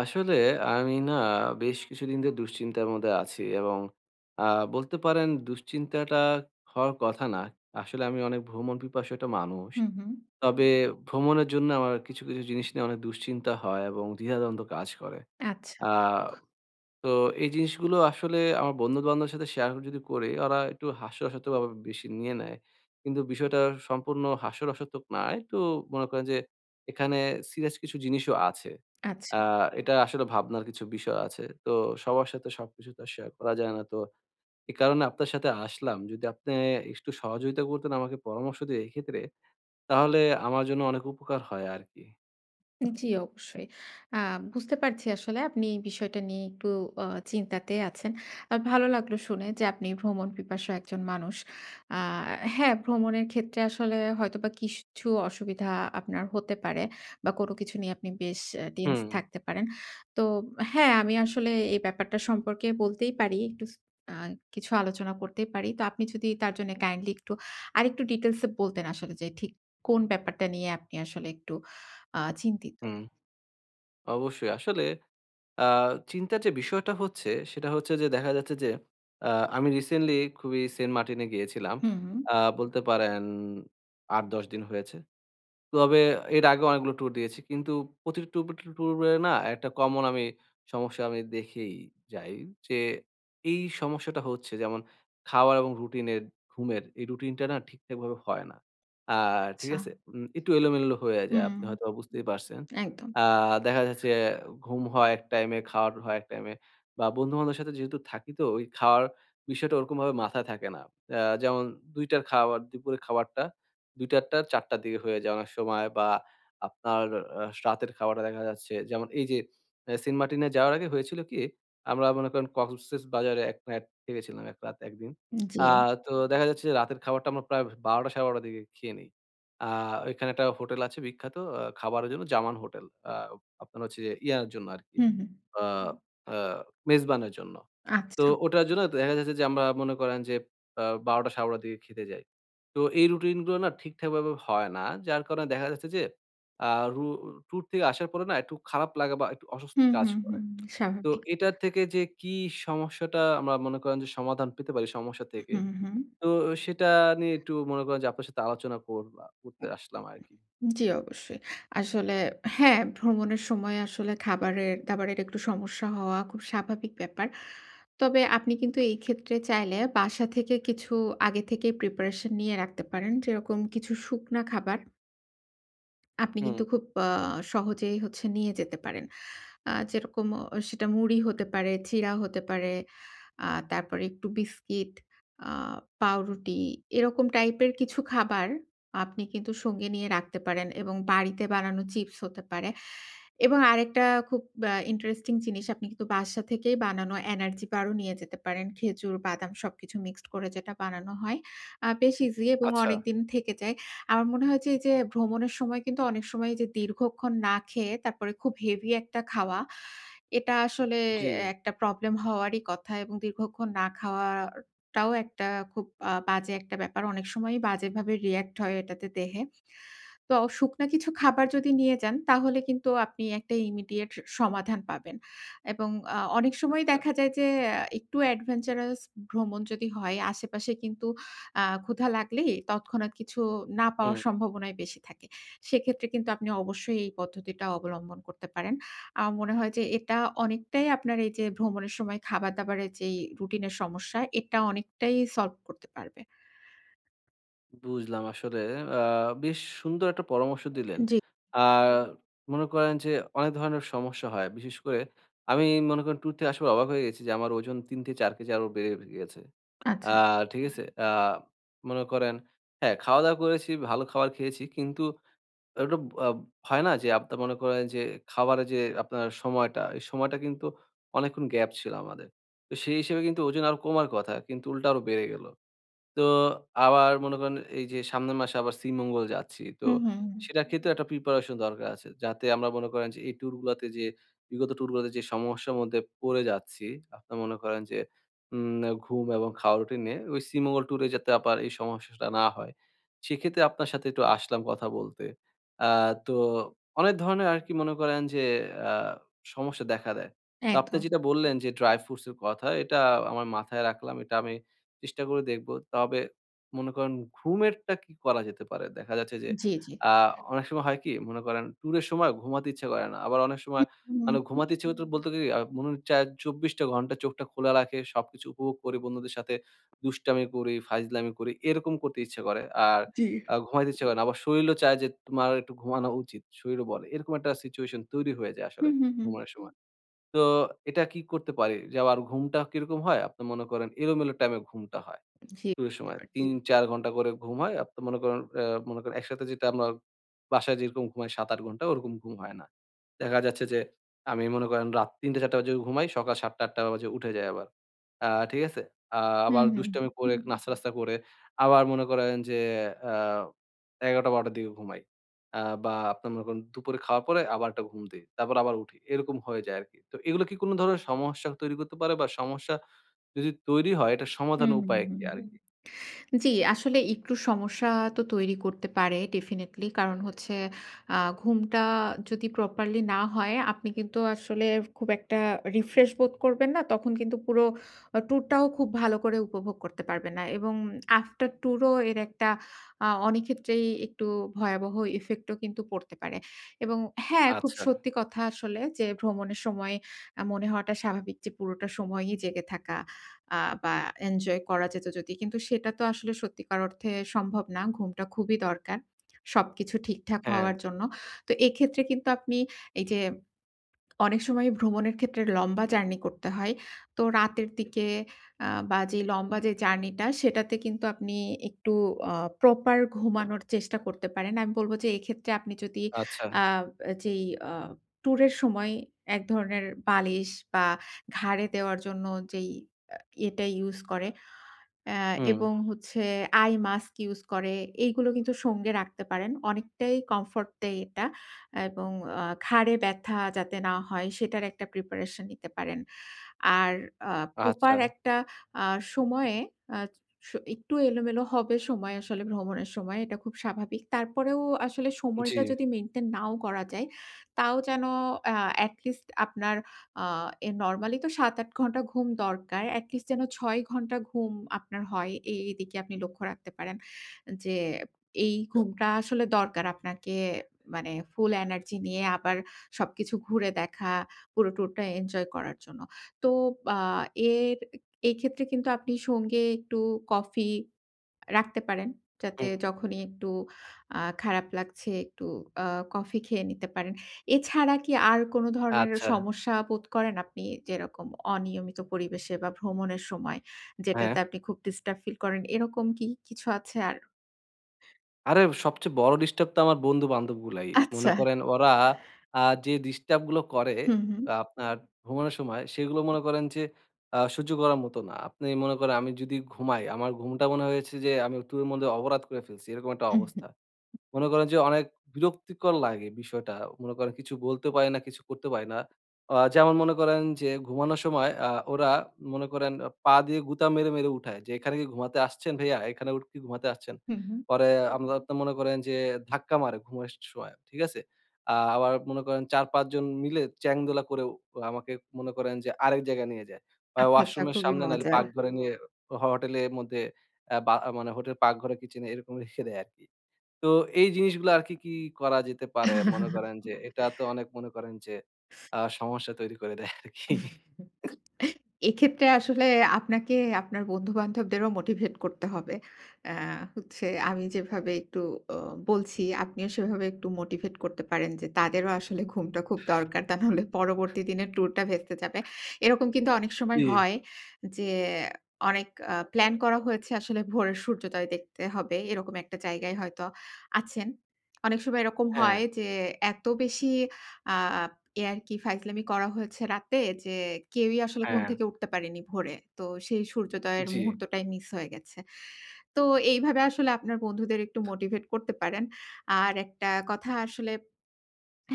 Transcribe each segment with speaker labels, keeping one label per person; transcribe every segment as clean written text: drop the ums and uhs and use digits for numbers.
Speaker 1: আসলে আমি না বেশ কিছুদিন ধরে দুশ্চিন্তার মধ্যে আছি এবং আ বলতে পারেন দুশ্চিন্তাটা হওয়ার কথা না। আসলে আমি অনেক ভ্রমণ পিপাসু একটা মানুষ।
Speaker 2: হুম, হুম।
Speaker 1: তবে ভ্রমণের জন্য আমার কিছু, কিছু জিনিস নিয়ে অনেক দুশ্চিন্তা হয় এবং দ্বিধাদ্বন্দ্ব কাজ করে।
Speaker 2: আচ্ছা,
Speaker 1: আ তো এই জিনিসগুলো আসলে আমার বন্ধু-বান্ধবের সাথে শেয়ার যদি করি, ওরা একটু হাস্যরসাত্মকভাবে বেশি নিয়ে নেয়। কিন্তু বিষয়টা সম্পূর্ণ হাস্যরসাত্মক না। একটু মনে করেন যে এখানে সিরিয়াস কিছু জিনিসও আছে।
Speaker 2: আচ্ছা।
Speaker 1: আ এটা আসলে ভাবনার কিছু বিষয় আছে। তো সবার সাথে সবকিছু তো আর শেয়ার করা যায় না। তো এ কারণে আপনার সাথে আসলাম। যদি আপনি একটু সহযোগিতা করতেন আমাকে পরামর্শ দিয়ে এক্ষেত্রে, তাহলে আমার জন্য অনেক উপকার হয় আরকি।
Speaker 2: জি, অবশ্যই। আ বুঝতে পারছি আসলে আপনি এই বিষয়টা নিয়ে একটু আ চিন্তাতে আছেন। ভালো লাগলো শুনে যে আপনি ভ্রমণ পিপাসু একজন মানুষ। আ হ্যাঁ, ভ্রমণের ক্ষেত্রে আসলে হয়তোবা কিছু অসুবিধা আপনার হতে পারে বা কোনো কিছু নিয়ে আপনি বেশ টেন্স
Speaker 1: হুম,
Speaker 2: থাকতে পারেন। তো হ্যাঁ, আমি আসলে এই ব্যাপারটা সম্পর্কে বলতেই পারি। একটু স আ কিছু আলোচনা করতেই পারি। তো আপনি যদি তার জন্য কাইন্ডলি একটু আরেকটু ডিটেইলস এ বলতেন আসলে যে ঠিক কোন ব্যাপারটা নিয়ে আপনি আসলে একটু চিন্তিত?
Speaker 1: হুম। অবশ্যই। আসলে আ চিন্তার যে বিষয়টা হচ্ছে, সেটা হচ্ছে যে দেখা যাচ্ছে যে আ আমি রিসেন্টলি খুবই সেন্ট মার্টিন এ গিয়েছিলাম।
Speaker 2: হুম,
Speaker 1: আ বলতে পারেন ৮-১০ দিন হয়েছে। তবে এর আগে অনেকগুলো ট্যুর দিয়েছি। কিন্তু প্রতিটি ট্যুরে না একটা কমন আমি সমস্যা আমি দেখেই যাই যে, এই সমস্যাটা হচ্ছে যেমন খাওয়ার এবং রুটিনের ঘুমের এই রুটিনটা না ঠিকঠাকভাবে হয় না। আ ঠিক
Speaker 2: আচ্ছা।
Speaker 1: আছে? একটু এলোমেলো হয়ে যায়।
Speaker 2: হুম,
Speaker 1: আপনি হয়তোবা বুঝতেই পারছেন।
Speaker 2: একদম।
Speaker 1: আ দেখা যাচ্ছে ঘুম হয় এক টাইমে, খাওয়ার হয় এক টাইমে বা বন্ধু-বান্ধবের সাথে যেহেতু থাকি তো ওই খাওয়ার বিষয়টা ওরকমভাবে মাথায় থাকে না। যেমন ২ টার খাবার দুপুরের খাবারটা ২ঃ০০ টা ৪ঃ০০ টার দিকে হয়ে যায় অনেক সময় বা আপনার রাতের খাবারটা দেখা যাচ্ছে যেমন এই যে সেন্ট মার্টিনে যাওয়ার আগে হয়েছিল কি? আমরা মনে করেন কক্সেস বাজারে ১ নাইট থেকেছিলাম ১ রাত ১ দিন। আ
Speaker 2: জি।
Speaker 1: তো দেখা যাচ্ছে যে রাতের খাবারটা আমরা প্রায় ১২ঃ০০ ১২ঃ৩০ র দিকে খেয়ে নেই। আ ওইখানে একটা হোটেল আছে বিখ্যাত খাবারের জন্য জামান হোটেল। আ আপনার হচ্ছে যে ইয়ার জন্য আরকি।
Speaker 2: হুম, হুম।
Speaker 1: আ আ মেজবানের জন্য। তো
Speaker 2: আচ্ছা।
Speaker 1: ওটার জন্য দেখা যাচ্ছে যে আমরা মনে করেন যে ১২ঃ০০-১২ঃ০০ দিকে খেতে যাই। তো এই রুটিন গুলো না ঠিকঠাকভাবে হয় না। যার কারণে দেখা যাচ্ছে যে আ রু ট্যুর থেকে আসার পরে না একটু খারাপ লাগা বা একটু অস্বস্তি
Speaker 2: হুম,
Speaker 1: কাজ
Speaker 2: হুম,
Speaker 1: করে।
Speaker 2: হুম।
Speaker 1: তো
Speaker 2: স্বাভাবিক।
Speaker 1: এটার থেকে যে কি সমস্যাটা আমরা মনে করেন যে সমাধান পেতে পারি সমস্যা থেকে,
Speaker 2: হুম, হুম।
Speaker 1: তো সেটা নিয়ে একটু মনে করেন যে আপনার সাথে আলোচনা করতে আসলাম আরকি।
Speaker 2: জি, অবশ্যই। আসলে হ্যাঁ, ভ্রমণের সময় আসলে খাবারের-দাবারের একটু সমস্যা হওয়া খুব স্বাভাবিক ব্যাপার। তবে আপনি কিন্তু এই ক্ষেত্রে চাইলে বাসা থেকে কিছু আগে থেকেই প্রিপারেশন নিয়ে রাখতে পারেন। যেরকম কিছু শুকনা খাবার আপনি
Speaker 1: হুম।
Speaker 2: কিন্তু খুব সহজেই হচ্ছে নিয়ে যেতে পারেন। যেরকম সেটা মুড়ি হতে পারে, চিড়া হতে পারে, তারপরে একটু বিস্কিট, আ পাউরুটি এরকম টাইপের কিছু খাবার আপনি কিন্তু সঙ্গে নিয়ে রাখতে পারেন এবং বাড়িতে বানানো চিপস হতে পারে। এবং আরেকটা খুব ইন্টারেস্টিং জিনিস আপনি কিন্তু বাসা থেকেই বানানো এনার্জি বার ও নিয়ে যেতে পারেন। খেজুর, বাদাম সবকিছু মিক্সড করে যেটা বানানো হয়। বেশ ইজি এবং
Speaker 1: আচ্ছা।
Speaker 2: অনেকদিন থেকে যায়। আমার মনে হয় যে, এই যে ভ্রমণের সময় কিন্তু অনেক সময় এই যে দীর্ঘক্ষণ না খেয়ে তারপরে খুব হেভি একটা খাওয়া, এটা আসলে
Speaker 1: জি,
Speaker 2: একটা প্রবলেম হওয়ারই কথা এবং দীর্ঘক্ষণ না খাওয়াটাও একটা খুব বাজে একটা ব্যাপার। অনেক সময়ই বাজেভাবে রিঅ্যাক্ট হয় এটাতে দেহে। তো শুকনা কিছু খাবার যদি নিয়ে যান তাহলে কিন্তু আপনি একটা ইমিডিয়েট সমাধান পাবেন। এবং অনেক সময়
Speaker 1: আচ্ছা।
Speaker 2: দেখা যায় যে একটু অ্যাডভেঞ্চারাস ভ্রমণ যদি হয় আশেপাশে কিন্তু ক্ষুধা লাগলেই তৎক্ষণাৎ কিছু না
Speaker 1: হুম।
Speaker 2: পাওয়ার সম্ভাবনাই বেশি থাকে। সেক্ষেত্রে কিন্তু আপনি অবশ্যই এই পদ্ধতিটা অবলম্বন করতে পারেন। আমার মনে হয় যে এটা অনেকটাই আপনার এই যে ভ্রমণের সময় খাবার-দাবারের যেই রুটিনের সমস্যা এটা অনেকটাই সলভ করতে পারবে।
Speaker 1: বুঝলাম আসলে আ বেশ সুন্দর একটা পরামর্শ দিলেন।
Speaker 2: জি,
Speaker 1: আর হুম। মনে করেন যে অনেক ধরনের সমস্যা হয়। বিশেষ করে আমি মনে করেন ট্যুর থেকে আসার পর অবাক হয়ে গেছি যে আমার ওজন ৩ থেকে ৪ কেজি আরো বেড়ে গিয়েছে। আ
Speaker 2: আচ্ছা।
Speaker 1: ঠিক আছে? হুম। মনে করেন হ্যাঁ, খাওয়া-দাওয়া করেছি, ভালো খাবার খেয়েছি। কিন্তু ওটা আ হয় না যে আপনার মনে করেন যে খাবারের যে আপনার সময়টা, এই সময়টা কিন্তু অনেকক্ষণ গ্যাপ ছিল আমাদের। তো সেই হিসেবে কিন্তু ওজন আরো কমার কথা কিন্তু উল্টা আরো বেড়ে গেল। তো আবার মনে করেন এই যে সামনের মাসে আবার শ্রীমঙ্গল যাচ্ছি। তো
Speaker 2: হুম, হুম, হুম।
Speaker 1: সেটার ক্ষেত্রেও একটা প্রিপারেশন দরকার আছে। যাতে আমরা মনে করেন যে এই ট্যুর গুলাতে যে বিগত ট্যুর গুলাতে যে সমস্যার মধ্যে পড়ে যাচ্ছি, আপনার মনে করেন যে উম ঘুম এবং খাওয়া রুটিন নিয়ে ওই শ্রীমঙ্গল ট্যুরে যাতে আবার এই সমস্যাটা না হয়। সেক্ষেত্রে আপনার সাথে একটু আসলাম কথা বলতে। আ তো অনেক ধরনের আরকি মনে করেন যে আ সমস্যা দেখা দেয়। তো আপনি
Speaker 2: একদম।
Speaker 1: যেটা বললেন যে ড্রাই ফ্রুটস এর কথা এটা আমার মাথায় রাখলাম। এটা আমি চেষ্টা করে দেখব। তবে মনে করেন ঘুমেরটা কি করা যেতে পারে? দেখা যাচ্ছে যে
Speaker 2: জি, জি।
Speaker 1: আ অনেক সময় হয় কি? মনে করেন ট্যুরের সময় ঘুমাতে ইচ্ছা করে না। আবার অনেক সময়
Speaker 2: হুম,
Speaker 1: মানে ঘুমাতে ইচ্ছে করতে বলতে কি মনে হচ্ছে ২৪ টা ঘন্টা চোখটা খোলা রাখে, সবকিছু উপভোগ করি, বন্ধুদের সাথে দুষ্টামি করি, ফাইজলামি করি, এরকম করতে ইচ্ছে করে। আর
Speaker 2: জি।
Speaker 1: ঘুমাইতে ইচ্ছে করে না। আবার শরীরও চায় যে তোমার একটু ঘুমানো উচিত। শরীরও বলে। এরকম একটা সিচুয়েশন তৈরি হয়ে যায় আসলে
Speaker 2: হুম, হুম, হুম।
Speaker 1: ঘুমানোর সময়। তো এটা কি করতে পারি? যে আবার ঘুমটা কিরকম হয়? আপনি মনে করেন এলোমেলো টাইমে ঘুমটা হয়।
Speaker 2: জি,
Speaker 1: টুরের
Speaker 2: বুঝতে
Speaker 1: সময়
Speaker 2: পারছি।
Speaker 1: ৩-৪ ঘন্টা করে ঘুম হয়। আপনি মনে করেন একসাথে যেটা আমরা বাসায় যেরকম ঘুমাই ৭-৮ ঘন্টা ওরকম ঘুম হয় না। দেখা যাচ্ছে যে আমি মনে করেন রাত ৩টা-৪টা বাজে ঘুমাই, সকাল ৭টা-৮টা বাজে উঠে যাই আবার। ঠিক আছে? আ
Speaker 2: হুম,
Speaker 1: আবার
Speaker 2: হুম,
Speaker 1: দুষ্টামি করে হুম। নাস্তা-টাস্তা করে আবার মনে করেন যে আ ১১টা-১২টার দিকে ঘুমাই। বা আপনার মনে করেন দুপুরে খাওয়ার পরে আবার একটা ঘুম দেই। তারপর আবার উঠি। এরকম হয়ে যায় আরকি। তো এগুলো কি কোন ধরনের সমস্যা তৈরি করতে পারে বা সমস্যা যদি তৈরি হয় এটার
Speaker 2: হুম,
Speaker 1: সমাধানের
Speaker 2: হুম,
Speaker 1: উপায়
Speaker 2: হুম,
Speaker 1: কি আর
Speaker 2: হুম।
Speaker 1: কি?
Speaker 2: জি, আসলে একটু সমস্যা তো তৈরি করতে পারে ডেফিনিটলি। কারণ হচ্ছে ঘুমটা যদি প্রপারলি না হয়, আপনি কিন্তু আসলে খুব একটা রিফ্রেশ বোধ করবেন না। তখন কিন্তু পুরো ট্যুরটাও খুব ভালো করে উপভোগ করতে পারবেন না। এবং আফটার ট্যুর ও এর একটা অনেক ক্ষেত্রেই একটু ভয়াবহ ইফেক্ট ও কিন্তু পড়তে পারে। এবং হ্যাঁ, খুব
Speaker 1: আচ্ছা।
Speaker 2: সত্যি কথা আসলে যে ভ্রমণের সময় মনে হওয়াটা স্বাভাবিক যে পুরোটা সময়ই জেগে থাকা। আ বা এনজয় করা যেত যদি। কিন্তু সেটা তো আসলে সত্যিকার অর্থে সম্ভব না। ঘুমটা খুবই দরকার সবকিছু ঠিকঠাক
Speaker 1: হ্যাঁ,
Speaker 2: হওয়ার জন্য। তো এক্ষেত্রে কিন্তু আপনি এই যে অনেক সময় ভ্রমণের ক্ষেত্রে লম্বা জার্নি করতে হয়। তো রাতের দিকে বা যে লম্বা যে জার্নিটা সেটাতে কিন্তু আপনি একটু আ প্রপার ঘুমানোর চেষ্টা করতে পারেন। আমি বলব যে এক্ষেত্রে আপনি যদি
Speaker 1: আচ্ছা।
Speaker 2: আ যেই আ ট্যুরের সময় এক ধরনের বালিশ বা ঘাড়ে দেওয়ার জন্য যেই আ এটা ইউস করে অ্যা
Speaker 1: হুম,
Speaker 2: এবং হচ্ছে আই মাস্ক ইউজ করে। এইগুলো কিন্তু সঙ্গে রাখতে পারেন। অনেকটাই কমফোর্ট দেয় এটা এবং ঘাড়ে ব্যথা যাতে না হয় সেটার একটা প্রিপারেশন নিতে পারেন। আর আ
Speaker 1: আচ্ছা।
Speaker 2: প্রপার একটা আ সময়ে আ স একটু এলোমেলো হবে সময় আসলে ভ্রমণের সময়। এটা খুব স্বাভাবিক। তারপরেও আসলে
Speaker 1: জি,
Speaker 2: সময়টা যদি মেইনটেইন নাও করা যায়, তাও যেন আ এট লিস্ট আপনার আ এ নরমালি তো ৭-৮ ঘন্টা ঘুম দরকার। এট লিস্ট যেন ৬ ঘন্টা ঘুম আপনার হয়। এই দিকে আপনি লক্ষ্য রাখতে পারেন। যে এই ঘুমটা আসলে দরকার আপনাকে মানে ফুল এনার্জি নিয়ে আবার সবকিছু ঘুরে দেখা, পুরো ট্যুরটা এনজয় করার জন্য। তো আ এর এই ক্ষেত্রে কিন্তু আপনি সঙ্গে একটু কফি রাখতে পারেন। যাতে
Speaker 1: হুম,
Speaker 2: যখনই একটু খারাপ লাগছে একটু আ কফি খেয়ে নিতে পারেন। এছাড়া কি আর কোন ধরনের
Speaker 1: আচ্ছা।
Speaker 2: সমস্যা বোধ করেন আপনি? যেরকম অনিয়মিত পরিবেশে বা ভ্রমণের সময়
Speaker 1: হ্যাঁ।
Speaker 2: যেটাতে আপনি খুব ডিস্টার্ব ফিল করেন, এরকম কি কিছু আছে আর?
Speaker 1: আরে সবচেয়ে বড় ডিস্টার্ব তো আমার বন্ধু-বান্ধবগুলাই। মনে
Speaker 2: আচ্ছা।
Speaker 1: করেন ওরা আ যে ডিস্টার্ব গুলো করে
Speaker 2: হুম, হুম।
Speaker 1: আপনার ঘুমানোর সময় সেগুলো মনে করেন যে সহ্য করার মতো না। আপনি মনে করেন আমি যদি ঘুমাই, আমার ঘুমটা মনে হয়েছে যে আমি ওর মধ্যে অপরাধ করে ফেলছি। এরকম একটা
Speaker 2: উহু,
Speaker 1: অবস্থা। মনে করেন যে অনেক বিরক্তিকর লাগে বিষয়টা। মনে করেন কিছু বলতে পারি না, কিছু করতে পারি না। যেমন মনে করেন যে ঘুমানোর সময় ওরা মনে করেন পা দিয়ে গুতা মেরে, মেরে উঠায় যে, "এখানে কি ঘুমাতে আসছেন ভাইয়া? এখানে উঠ কি ঘুমাতে আসছেন?"
Speaker 2: হু, হু।
Speaker 1: পরে আমরা তো মনে করেন যে ধাক্কা মারে ঘুমের সময়। ঠিক আছে? আবার মনে করেন ৪-৫ জন মিলে চ্যাং-দোলা করে আমাকে মনে করেন যে আরেক জায়গায় নিয়ে যায়। বা
Speaker 2: আচ্ছা, আচ্ছা
Speaker 1: ওয়াশরুমের
Speaker 2: খুবই
Speaker 1: সামনে নাহলে
Speaker 2: মজার।
Speaker 1: পাকঘরে নিয়ে হোটেলের মধ্যে বা মানে হোটেলের পাকঘরে, কিচেনে এরকম রেখে দেয় আরকি। তো এই জিনিসগুলো আরকি কি কি করা যেতে পারে? মনে করেন যে হুম। এটা তো অনেক মনে করেন যে সমস্যা তৈরি করে দেয় আরকি।
Speaker 2: এক্ষেত্রে আসলে আপনাকে আপনার বন্ধু-বান্ধবদেরও মোটিভেট করতে হবে। অ্যা হচ্ছে আমি যেভাবে একটু অ বলছি, আপনিও সেভাবে একটু মোটিভেট করতে পারেন যে, তাদেরও আসলে ঘুমটা খুব দরকার। তা নাহলে পরবর্তী দিনের ট্যুরটা ভেস্তে যাবে। এরকম কিন্তু অনেক
Speaker 1: জি।
Speaker 2: সময় হয় যে, অনেক প্ল্যান করা হয়েছে আসলে ভোরের সূর্যোদয় দেখতে হবে। এরকম একটা জায়গায় হয়তো আছেন। অনেক সময় এরকম
Speaker 1: হ্যাঁ,
Speaker 2: হয় যে, এত বেশি আ এ আরকি ফাইজলামি করা হয়েছে রাতে যে কেউই আসলে ঘুম
Speaker 1: হ্যাঁ,
Speaker 2: থেকে উঠতে পারেনি ভোরে। তো সেই সূর্যোদয়ের
Speaker 1: জি,
Speaker 2: মুহূর্তটাই মিস হয়ে গেছে। তো এইভাবে আসলে আপনার বন্ধুদের একটু মোটিভেট করতে পারেন। আর একটা কথা আসলে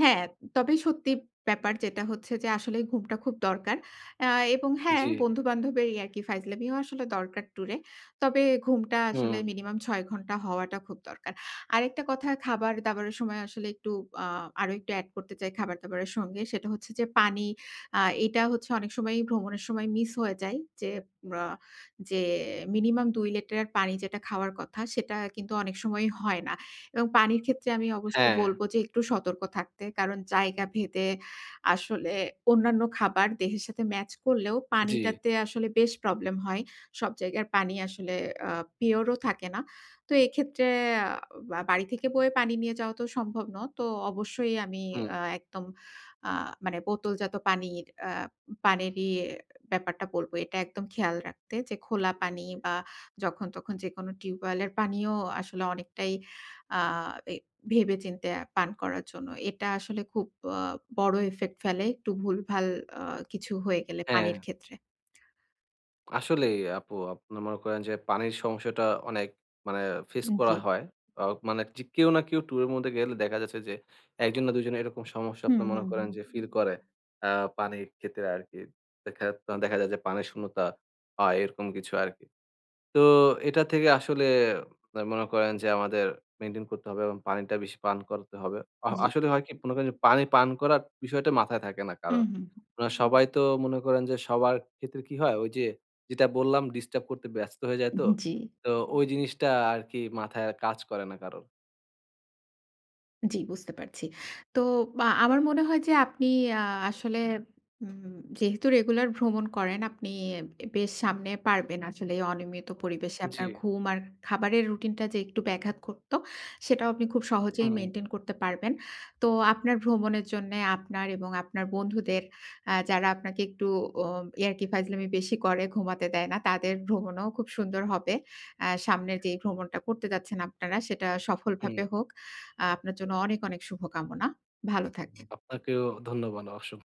Speaker 2: হ্যাঁ, তবে সত্যি ব্যাপার যেটা হচ্ছে যে আসলেই ঘুমটা খুব দরকার। আ এবং হ্যাঁ,
Speaker 1: জি,
Speaker 2: বন্ধু-বান্ধবের ইয়ার্কি ফাইজলামিও আসলে দরকার ট্যুরে। তবে ঘুমটা আসলে
Speaker 1: হুম,
Speaker 2: মিনিমাম ৬ ঘন্টা হওয়াটা খুব দরকার। আরেকটা কথা খাবার-দাবারের সময় আসলে একটু আ আরো একটু এড করতে চাই খাবার-দাবারের সঙ্গে। সেটা হচ্ছে যে পানি। আ এটা হচ্ছে অনেক সময়ই ভ্রমণের সময় মিস হয়ে যায় যে আ যে মিনিমাম ২ লিটার পানি যেটা খাওয়ার কথা সেটা কিন্তু অনেক সময়ই হয় না। এবং পানির ক্ষেত্রে আমি অবশ্যই
Speaker 1: হ্যাঁ,
Speaker 2: বলব যে একটু সতর্ক থাকতে। কারণ জায়গা ভেদে আসলে অন্যান্য খাবার দেহের সাথে ম্যাচ করলেও
Speaker 1: জি,
Speaker 2: পানিটাতে আসলে বেশ প্রবলেম হয়। সব জায়গার পানি আসলে আ পিওর ও থাকে না। তো এক্ষেত্রে আ বা বাড়ি থেকে বয়ে পানি নিয়ে যাওয়া তো সম্ভব ন। তো অবশ্যই আমি
Speaker 1: হুম,
Speaker 2: একদম আ মানে বোতলজাত পানিরই ব্যাপারটা বলব। এটা একদম খেয়াল রাখতে যে খোলা পানি বা যখন তখন যেকোনো টিউবওয়েলের পানিও আসলে অনেকটাই আ এ ভেবেচিন্তে পান করার জন্য। এটা আসলে খুব আ বড় ইফেক্ট ফেলে একটু ভুলভাল আ কিছু হয়ে গেলে
Speaker 1: হ্যাঁ।
Speaker 2: পানির ক্ষেত্রে।
Speaker 1: আসলেই আপু আপনার মনে করেন যে পানির সমস্যাটা অনেক মানে ফেস করা
Speaker 2: জি।
Speaker 1: হয়। আ মানে যে কেউ না কেউ ট্যুরের মধ্যে গেলে দেখা যাচ্ছে যে ১ জন না ২ জন এরকম সমস্যা
Speaker 2: হুম,
Speaker 1: আপনার মনে
Speaker 2: হুম,
Speaker 1: করেন
Speaker 2: হুম।
Speaker 1: যে ফিল করে আ পানির ক্ষেত্রে আরকি। দেখা দেখা যায় যে পানির শূন্যতা হয় এরকম কিছু আরকি। তো এটা থেকে আসলে মনে করেন যে আমাদের মেইনটেইন করতে হবে এবং পানিটা বেশি পান করাতে হবে।
Speaker 2: জি।
Speaker 1: আসলে হয় কি মনে করেন যে পানি পান করার বিষয়টা মাথায় থাকে না কারো।
Speaker 2: হুম, হুম, হুম।
Speaker 1: আপনারা সবাই তো মনে করেন যে সবার ক্ষেত্রে কি হয় ওই যে যেটা বললাম ডিস্টার্ব করতে ব্যস্ত হয়ে যায় তো।
Speaker 2: জি।
Speaker 1: তো ওই জিনিসটা আরকি মাথায় আর কাজ করে না কারো।
Speaker 2: জি, বুঝতে পারছি। তো আমার মনে হয় যে আপনি আ আসলে উম যেহেতু রেগুলার ভ্রমণ করেন, আপনি বেশ সামনে পারবেন আসলে এই অনিয়মিত পরিবেশে
Speaker 1: জি।
Speaker 2: আপনার ঘুম আর খাবারের রুটিনটা যে একটু ব্যাঘাত ঘটতো, সেটাও আপনি খুব সহজেই
Speaker 1: হুম,
Speaker 2: মেইনটেইন করতে পারবেন। তো আপনার ভ্রমণের জন্যে আপনার এবং আপনার বন্ধুদের যারা আপনাকে একটু ও ইয়ার্কি ফাইজলামি বেশি করে, ঘুমাতে দেয় না, তাদের ভ্রমণও খুব সুন্দর হবে। সামনের যেই ভ্রমণটা করতে যাচ্ছেন আপনারা, সেটা
Speaker 1: হুম।
Speaker 2: সফলভাবে হোক। আপনার জন্য অনেক, অনেক শুভকামনা। ভালো থাকবেন।
Speaker 1: আপনাকেও ধন্যবাদ অসংখ্য।